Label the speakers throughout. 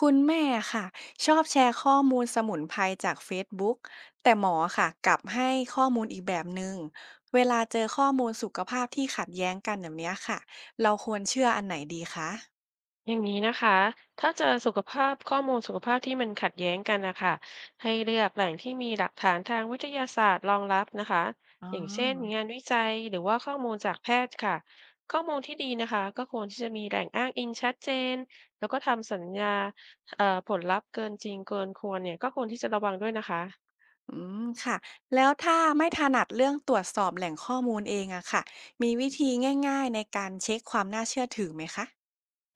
Speaker 1: คุณแม่ค่ะชอบแชร์ข้อมูลสมุนไพรจากเฟซบุ๊กแต่หมอค่ะกลับให้ข้อมูลอีกแบบหนึ่งเวลาเจอข้อมูลสุขภาพที่ขัดแย้งกันแบบเนี้ยค่ะเราควรเชื่ออันไหนดีคะ
Speaker 2: อย่างนี้นะคะถ้าเจอสุขภาพข้อมูลสุขภาพที่มันขัดแย้งกันนะคะให้เลือกแหล่งที่มีหลักฐานทางวิทยาศาสตร์รองรับนะคะอย่างเช่นงานวิจัยหรือว่าข้อมูลจากแพทย์ค่ะข้อมูลที่ดีนะคะก็ควรที่จะมีแหล่งอ้างอิงชัดเจนแล้วก็ทำสัญญาผลลัพธ์เกินจริงเกินควรเนี่ยก็ควรที่จะระวังด้วยนะคะ
Speaker 1: อืมค่ะแล้วถ้าไม่ถนัดเรื่องตรวจสอบแหล่งข้อมูลเองอะค่ะมีวิธีง่ายๆในการเช็คความน่าเชื่อถือไหมคะ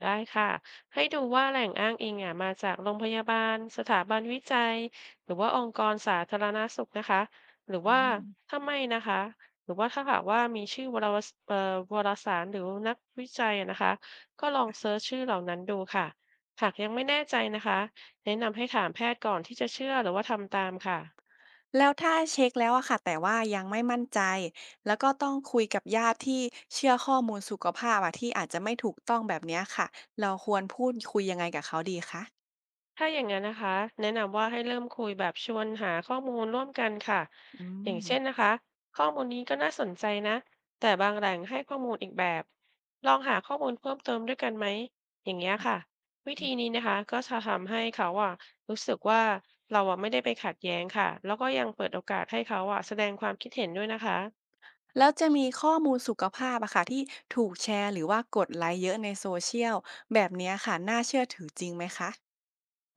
Speaker 2: ได้ค่ะให้ดูว่าแหล่งอ้างอิงอ่ะมาจากโรงพยาบาลสถาบันวิจัยหรือว่าองค์กรสาธารณสุขนะคะหรือ
Speaker 1: อื
Speaker 2: ว่า
Speaker 1: ม
Speaker 2: ถ้าไม่นะคะหรือว่าถ้าหากว่ามีชื่อวารสารหรือนักวิจัยอะนะคะก็ลองเซิร์ชชื่อเหล่านั้นดูค่ะหากยังไม่แน่ใจนะคะแนะนำให้ถามแพทย์ก่อนที่จะเชื่อหรือว่าทำตามค่ะ
Speaker 1: แล้วถ้าเช็คแล้วอะค่ะแต่ว่ายังไม่มั่นใจแล้วก็ต้องคุยกับญาติที่เชื่อข้อมูลสุขภาพอะที่อาจจะไม่ถูกต้องแบบเนี้ยค่ะเราควรพูดคุยยังไงกับเขาดีคะ
Speaker 2: ถ้าอย่างนั้นนะคะแนะนำว่าให้เริ่มคุยแบบชวนหาข้อมูลร่วมกันค่ะ
Speaker 1: อื
Speaker 2: อย่า
Speaker 1: ม
Speaker 2: งเช่นนะคะข้อมูลนี้ก็น่าสนใจนะแต่บางแหล่งให้ข้อมูลอีกแบบลองหาข้อมูลเพิ่มเติมด้วยกันไหมอย่างเงี้ยค่ะ
Speaker 1: ค่ะ
Speaker 2: วิธีนี้นะคะก็จะทำให้เขาอ่ะรู้สึกว่าเราอ่ะไม่ได้ไปขัดแย้งค่ะแล้วก็ยังเปิดโอกาสให้เขาอ่ะแสดงความคิดเห็นด้วยนะคะ
Speaker 1: แล้วจะมีข้อมูลสุขภาพอะค่ะที่ถูกแชร์หรือว่ากดไลค์เยอะใน Social แบบเนี้ยค่ะน่าเชื่อถือจริงไหมคะ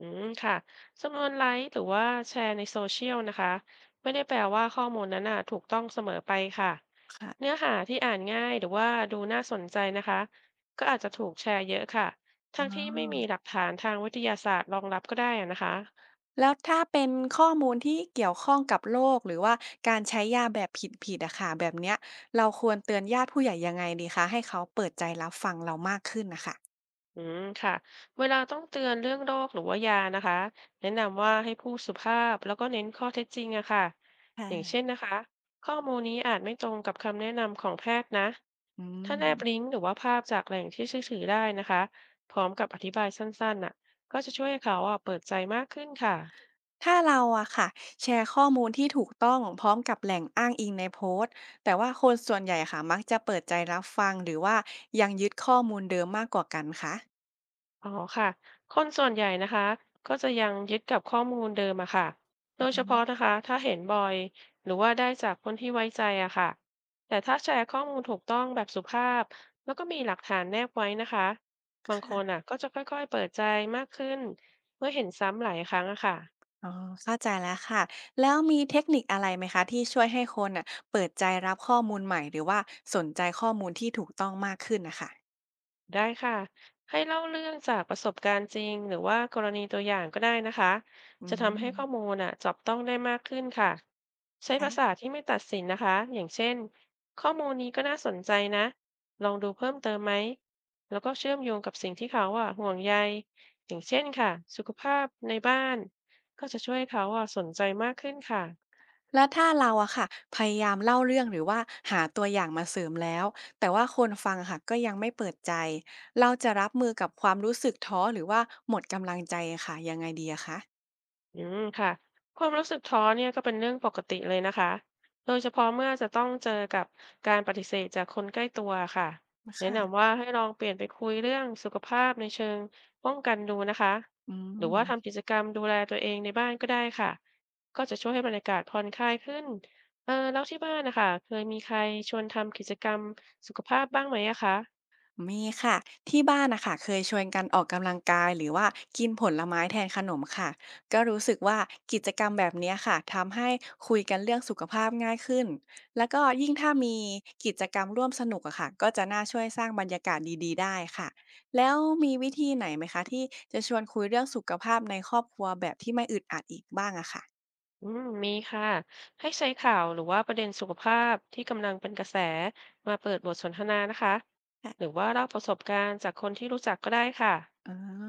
Speaker 2: อืมค่ะจำนวนไลค์หรือว่าแชร์ในโซเชียลนะคะไม่ได้แปลว่าข้อมูลนั้นน่ะถูกต้องเสมอไปค่ะเนื้
Speaker 1: ค่ะ
Speaker 2: อหาที่อ่านง่ายหรือว่าดูน่าสนใจนะคะก็อาจจะถูกแชร์เยอะค่ะทั้ง
Speaker 1: อ๋
Speaker 2: ที่ไม่มีห
Speaker 1: อ
Speaker 2: ลักฐานทางวิทยาศาสตร์รองรับก็ได้อะนะคะ
Speaker 1: แล้วถ้าเป็นข้อมูลที่เกี่ยวข้องกับโรคหรือว่าการใช้ยาแบบผิดๆอะค่ะแบบเนี้ยเราควรเตือนญาติผู้ใหญ่ยังไงดีคะให้เขาเปิดใจรับฟังเรามากขึ้นนะคะ
Speaker 2: อืมค่ะเวลาต้องเตือนเรื่องโรคหรือว่ายานะคะแนะนำว่าให้พูดสุภาพแล้วก็เน้นข้อเท็จจริงอะค่ะอย่าง
Speaker 1: ค่ะ
Speaker 2: เช่นนะคะข้อมูลนี้อาจไม่ตรงกับคำแนะนำของแพทย์นะ
Speaker 1: อื
Speaker 2: ถ้าแนบลิ
Speaker 1: ม
Speaker 2: งก์หรือว่าภาพจากแหล่งที่เชื่อถือได้นะคะพร้อมกับอธิบายสั้นๆน่ะก็จะช่วยให้เขาอะเปิดใจมากขึ้นค่ะ
Speaker 1: ถ้าเราอะค่ะแชร์ข้อมูลที่ถูกต้องพร้อมกับแหล่งอ้างอิงในโพสต์แต่ว่าคนส่วนใหญ่ค่ะมักจะเปิดใจรับฟังหรือว่ายังยึดข้อมูลเดิมมากกว่ากันคะ
Speaker 2: อ๋อค่ะคนส่วนใหญ่นะคะก็จะยังยึดกับข้อมูลเดิมอะค่ะโด
Speaker 1: อื
Speaker 2: ยเฉพาะ
Speaker 1: ม
Speaker 2: นะคะถ้าเห็นบ่อยหรือว่าได้จากคนที่ไว้ใจอะค่ะแต่ถ้าแชร์ข้อมูลถูกต้องแบบสุภาพแล้วก็มีหลักฐานแนบไว้นะคะบางคน
Speaker 1: ค่ะ
Speaker 2: อะก็จะค่อยๆเปิดใจมากขึ้นเมื่อเห็นซ้ำหลายครั้งอะค่ะ
Speaker 1: อ๋อเข้าใจแล้วค่ะแล้วมีเทคนิคอะไรไหมคะที่ช่วยให้คนน่ะเปิดใจรับข้อมูลใหม่หรือว่าสนใจข้อมูลที่ถูกต้องมากขึ้นน่ะค่ะ
Speaker 2: ได้ค่ะให้เล่าเรื่องจากประสบการณ์จริงหรือว่ากรณีตัวอย่างก็ได้นะคะ
Speaker 1: อื
Speaker 2: จะทำให้ข้อ
Speaker 1: ม
Speaker 2: มูลน่ะจับต้องได้มากขึ้นค่ะใช้ภา
Speaker 1: ค่ะ
Speaker 2: ษาที่ไม่ตัดสินนะคะอย่างเช่นข้อมูลนี้ก็น่าสนใจนะลองดูเพิ่มเติมไหมแล้วก็เชื่อมโยงกับสิ่งที่เขาอ่ะห่วงใยอย่างเช่นค่ะสุขภาพในบ้านก็จะช่วยให้เขาอ่ะสนใจมากขึ้นค่ะ
Speaker 1: แล้วถ้าเราอะค่ะพยายามเล่าเรื่องหรือว่าหาตัวอย่างมาเสริมแล้วแต่ว่าคนฟังอะค่ะก็ยังไม่เปิดใจเราจะรับมือกับความรู้สึกท้อหรือว่าหมดกำลังใจอะค่ะยังไงดีอะคะ
Speaker 2: อืมค่ะความรู้สึกท้อเนี่ยก็เป็นเรื่องปกติเลยนะคะโดยเฉพาะเมื่อจะต้องเจอกับการปฏิเสธจากคนใกล้ตัวค่ะแนะนำ
Speaker 1: ค่ะ
Speaker 2: ว่าให้ลองเปลี่ยนไปคุยเรื่องสุขภาพในเชิงป้องกันดูนะคะ
Speaker 1: อื
Speaker 2: หรือว่า
Speaker 1: ม
Speaker 2: ทำกิจกรรมดูแลตัวเองในบ้านก็ได้ค่ะก็จะช่วยให้บรรยากาศผ่อนคลายขึ้นเออแล้วที่บ้านนะคะเคยมีใครชวนทำกิจกรรมสุขภาพบ้างไหมอะคะ
Speaker 1: มีค่ะที่บ้านนะคะเคยชวนกันออกกำลังกายหรือว่ากินผลไม้แทนขนมค่ะก็รู้สึกว่ากิจกรรมแบบเนี้ยค่ะทำให้คุยกันเรื่องสุขภาพง่ายขึ้นแล้วก็ยิ่งถ้ามีกิจกรรมร่วมสนุกอะค่ะก็จะน่าช่วยสร้างบรรยากาศดีๆได้ค่ะแล้วมีวิธีไหนไหมคะที่จะชวนคุยเรื่องสุขภาพในครอบครัวแบบที่ไม่อึดอัดอีกบ้างอะค่ะ
Speaker 2: อืมมีค่ะให้ใช้ข่าวหรือว่าประเด็นสุขภาพที่กำลังเป็นกระแสมาเปิดบทสนทนานะคะ
Speaker 1: อ่
Speaker 2: หรือว่าเล่าประสบการณ์จากคนที่รู้จักก็ได้ค่ะ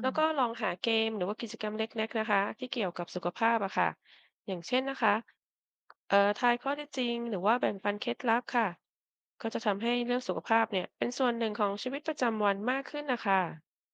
Speaker 2: แล้วก็ลองหาเกมหรือว่ากิจกรรมเล็กๆนะคะที่เกี่ยวกับสุขภาพอะค่ะอย่างเช่นนะคะทายข้อเท็จจริงหรือว่าแบ่งปันเคล็ดลับค่ะก็จะทำให้เรื่องสุขภาพเนี่ยเป็นส่วนหนึ่งของชีวิตประจำวันมากขึ้นนะคะ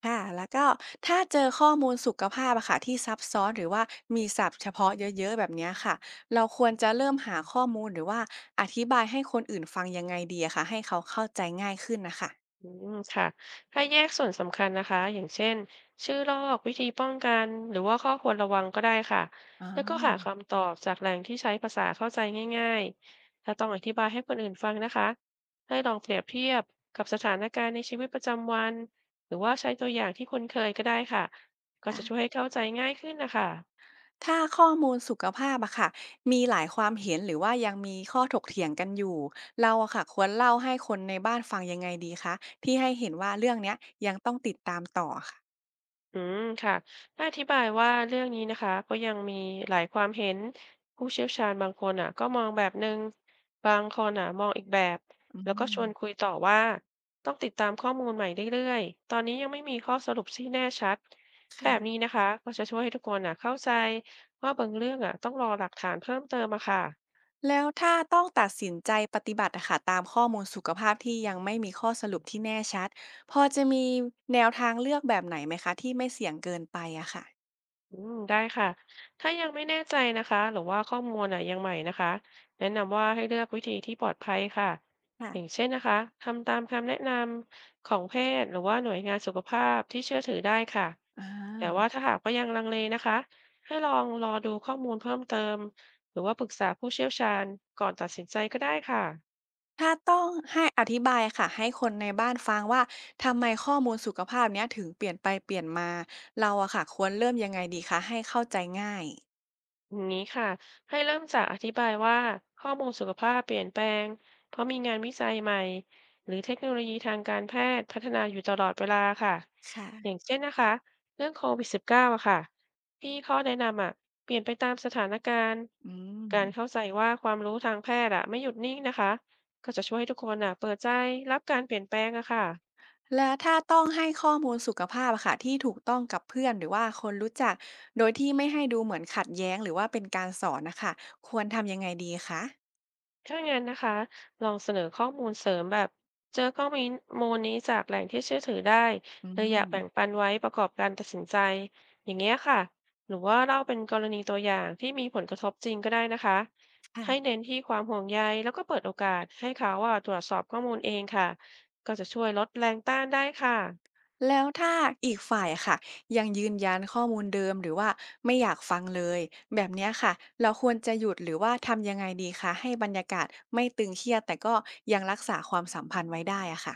Speaker 1: ค่ะแล้วก็ถ้าเจอข้อมูลสุขภาพอะค่ะที่ซับซ้อนหรือว่ามีศัพท์เฉพาะเยอะๆแบบเนี้ยค่ะเราควรจะเริ่มหาข้อมูลหรือว่าอธิบายให้คนอื่นฟังยังไงดีอะค่ะให้เขาเข้าใจง่ายขึ้นนะคะ
Speaker 2: อืมค่ะถ้าแยกส่วนสำคัญนะคะอย่างเช่นชื่อลอกวิธีป้องกันหรือว่าข้อควรระวังก็ได้ค่ะ
Speaker 1: อ๋
Speaker 2: แล้วก็
Speaker 1: อ
Speaker 2: หาคำตอบจากแหล่งที่ใช้ภาษาเข้าใจง่ายๆถ้าต้องอธิบายให้คนอื่นฟังนะคะให้ลองเปรียบเทียบกับสถานการณ์ในชีวิตประจำวันหรือว่าใช้ตัวอย่างที่คุ้นเคยก็ได้ค่ะก็จะช่วย
Speaker 1: ค่ะ
Speaker 2: ให้เข้าใจง่ายขึ้นนะคะ
Speaker 1: ถ้าข้อมูลสุขภาพอะค่ะมีหลายความเห็นหรือว่ายังมีข้อถกเถียงกันอยู่เราอะค่ะควรเล่าให้คนในบ้านฟังยังไงดีคะที่ให้เห็นว่าเรื่องเนี้ยยังต้องติดตามต่อค่ะ
Speaker 2: อืมค่ะถ้าอธิบายว่าเรื่องนี้นะคะก็ยังมีหลายความเห็นผู้เชี่ยวชาญบางคนอ่ะก็มองแบบหนึ่งบางคนอ่ะมองอีกแบบ
Speaker 1: อื
Speaker 2: แล้วก็
Speaker 1: ม
Speaker 2: ชวนคุยต่อว่าต้องติดตามข้อมูลใหม่เรื่อยๆตอนนี้ยังไม่มีข้อสรุปที่แน่ชัดแบบนี้นะคะก็จะช่วยให้ทุกคนอ่ะเข้าใจว่าบางเรื่องอ่ะต้องรอหลักฐานเพิ่มเติมอะค่ะ
Speaker 1: แล้วถ้าต้องตัดสินใจปฏิบัติอะค่ะตามข้อมูลสุขภาพที่ยังไม่มีข้อสรุปที่แน่ชัดพอจะมีแนวทางเลือกแบบไหนไหมคะที่ไม่เสี่ยงเกินไปอะค่ะ
Speaker 2: อืมได้ค่ะ ถ้ายังไม่แน่ใจนะคะหรือว่าข้อมูลอ่ะยังใหม่นะคะแนะนำว่าให้เลือกวิธีที่ปลอดภัยค่ะอย่าง
Speaker 1: ค่ะ
Speaker 2: เช่นนะคะทำตามคำแนะนำของแพทย์หรือว่าหน่วยงานสุขภาพที่เชื่อถือได้ค่ะ
Speaker 1: อ
Speaker 2: แต่
Speaker 1: า
Speaker 2: ว่าถ้าหากว่ายังลังเลนะคะให้ลองรอดูข้อมูลเพิ่มเติม หรือว่าปรึกษาผู้เชี่ยวชาญก่อนตัดสินใจก็ได้ค่ะ
Speaker 1: ถ้าต้องให้อธิบายค่ะให้คนในบ้านฟังว่าทำไมข้อมูลสุขภาพเนี้ยถึงเปลี่ยนไปเปลี่ยนมาเราอะค่ะควรเริ่มยังไงดีคะให้เข้าใจง่าย
Speaker 2: อย่างนี้ค่ะให้เริ่มจากอธิบายว่าข้อมูลสุขภาพเปลี่ยนแปลงเพราะมีงานวิจัยใหม่หรือเทคโนโลยีทางการแพทย์พัฒนาอยู่ตลอดเวลาค่ะ
Speaker 1: ค
Speaker 2: อย่าง
Speaker 1: ่ะ
Speaker 2: เช่นนะคะเรื่องโควิด -19 อะค่ะที่ข้อแนะนำอะเปลี่ยนไปตามสถานการณ์
Speaker 1: อืม
Speaker 2: การเข้าใจว่าความรู้ทางแพทย์อะไม่หยุดนิ่งนะคะก็จะช่วยให้ทุกคนอะเปิดใจรับการเปลี่ยนแปลงอะค่ะ
Speaker 1: แล้วถ้าต้องให้ข้อมูลสุขภาพอะค่ะที่ถูกต้องกับเพื่อนหรือว่าคนรู้จักโดยที่ไม่ให้ดูเหมือนขัดแย้งหรือว่าเป็นการสอนนะคะควรทำยังไงดีคะ
Speaker 2: ถ้างั้นนะคะลองเสนอข้อมูลเสริมแบบเจอข้อมูลนี้จากแหล่งที่เชื่อถือได้
Speaker 1: อื
Speaker 2: เลยอยากแบ่
Speaker 1: ม
Speaker 2: งปันไว้ประกอบการตัดสินใจอย่างเงี้ยค่ะหรือว่าเล่าเป็นกรณีตัวอย่างที่มีผลกระทบจริงก็ได้นะคะให้
Speaker 1: ค่ะ
Speaker 2: เน้นที่ความห่วงใยแล้วก็เปิดโอกาสให้เขาว่าตรวจสอบข้อมูลเองค่ะก็จะช่วยลดแรงต้านได้ค่ะ
Speaker 1: แล้วถ้าอีกฝ่ายอะค่ะยังยืนยันข้อมูลเดิมหรือว่าไม่อยากฟังเลยแบบเนี้ยค่ะเราควรจะหยุดหรือว่าทำยังไงดีคะให้บรรยากาศไม่ตึงเครียดแต่ก็ยังรักษาความสัมพันธ์ไว้ได้อะค่ะ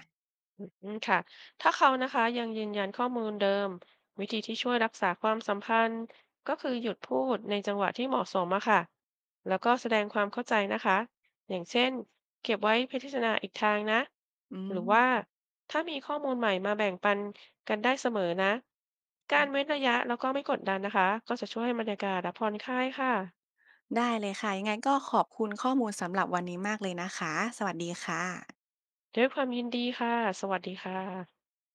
Speaker 2: อืมค่ะถ้าเขานะคะยังยืนยันข้อมูลเดิมวิธีที่ช่วยรักษาความสัมพันธ์ก็คือหยุดพูดในจังหวะที่เหมาะสมอะค่ะแล้วก็แสดงความเข้าใจนะคะอย่างเช่นเก็บไว้พิจารณาอีกทางนะ
Speaker 1: อื
Speaker 2: หรือว่า
Speaker 1: ม
Speaker 2: ถ้ามีข้อมูลใหม่มาแบ่งปันกันได้เสมอนะการเว้นระยะแล้วก็ไม่กดดันนะคะก็จะช่วยให้บรรยากาศอะผ่อนคลายค่ะ
Speaker 1: ได้เลยค่ะยังไงก็ขอบคุณข้อมูลสำหรับวันนี้มากเลยนะคะสวัสดีค่ะ
Speaker 2: ด้วยความยินดีค่ะสวัสดีค่ะ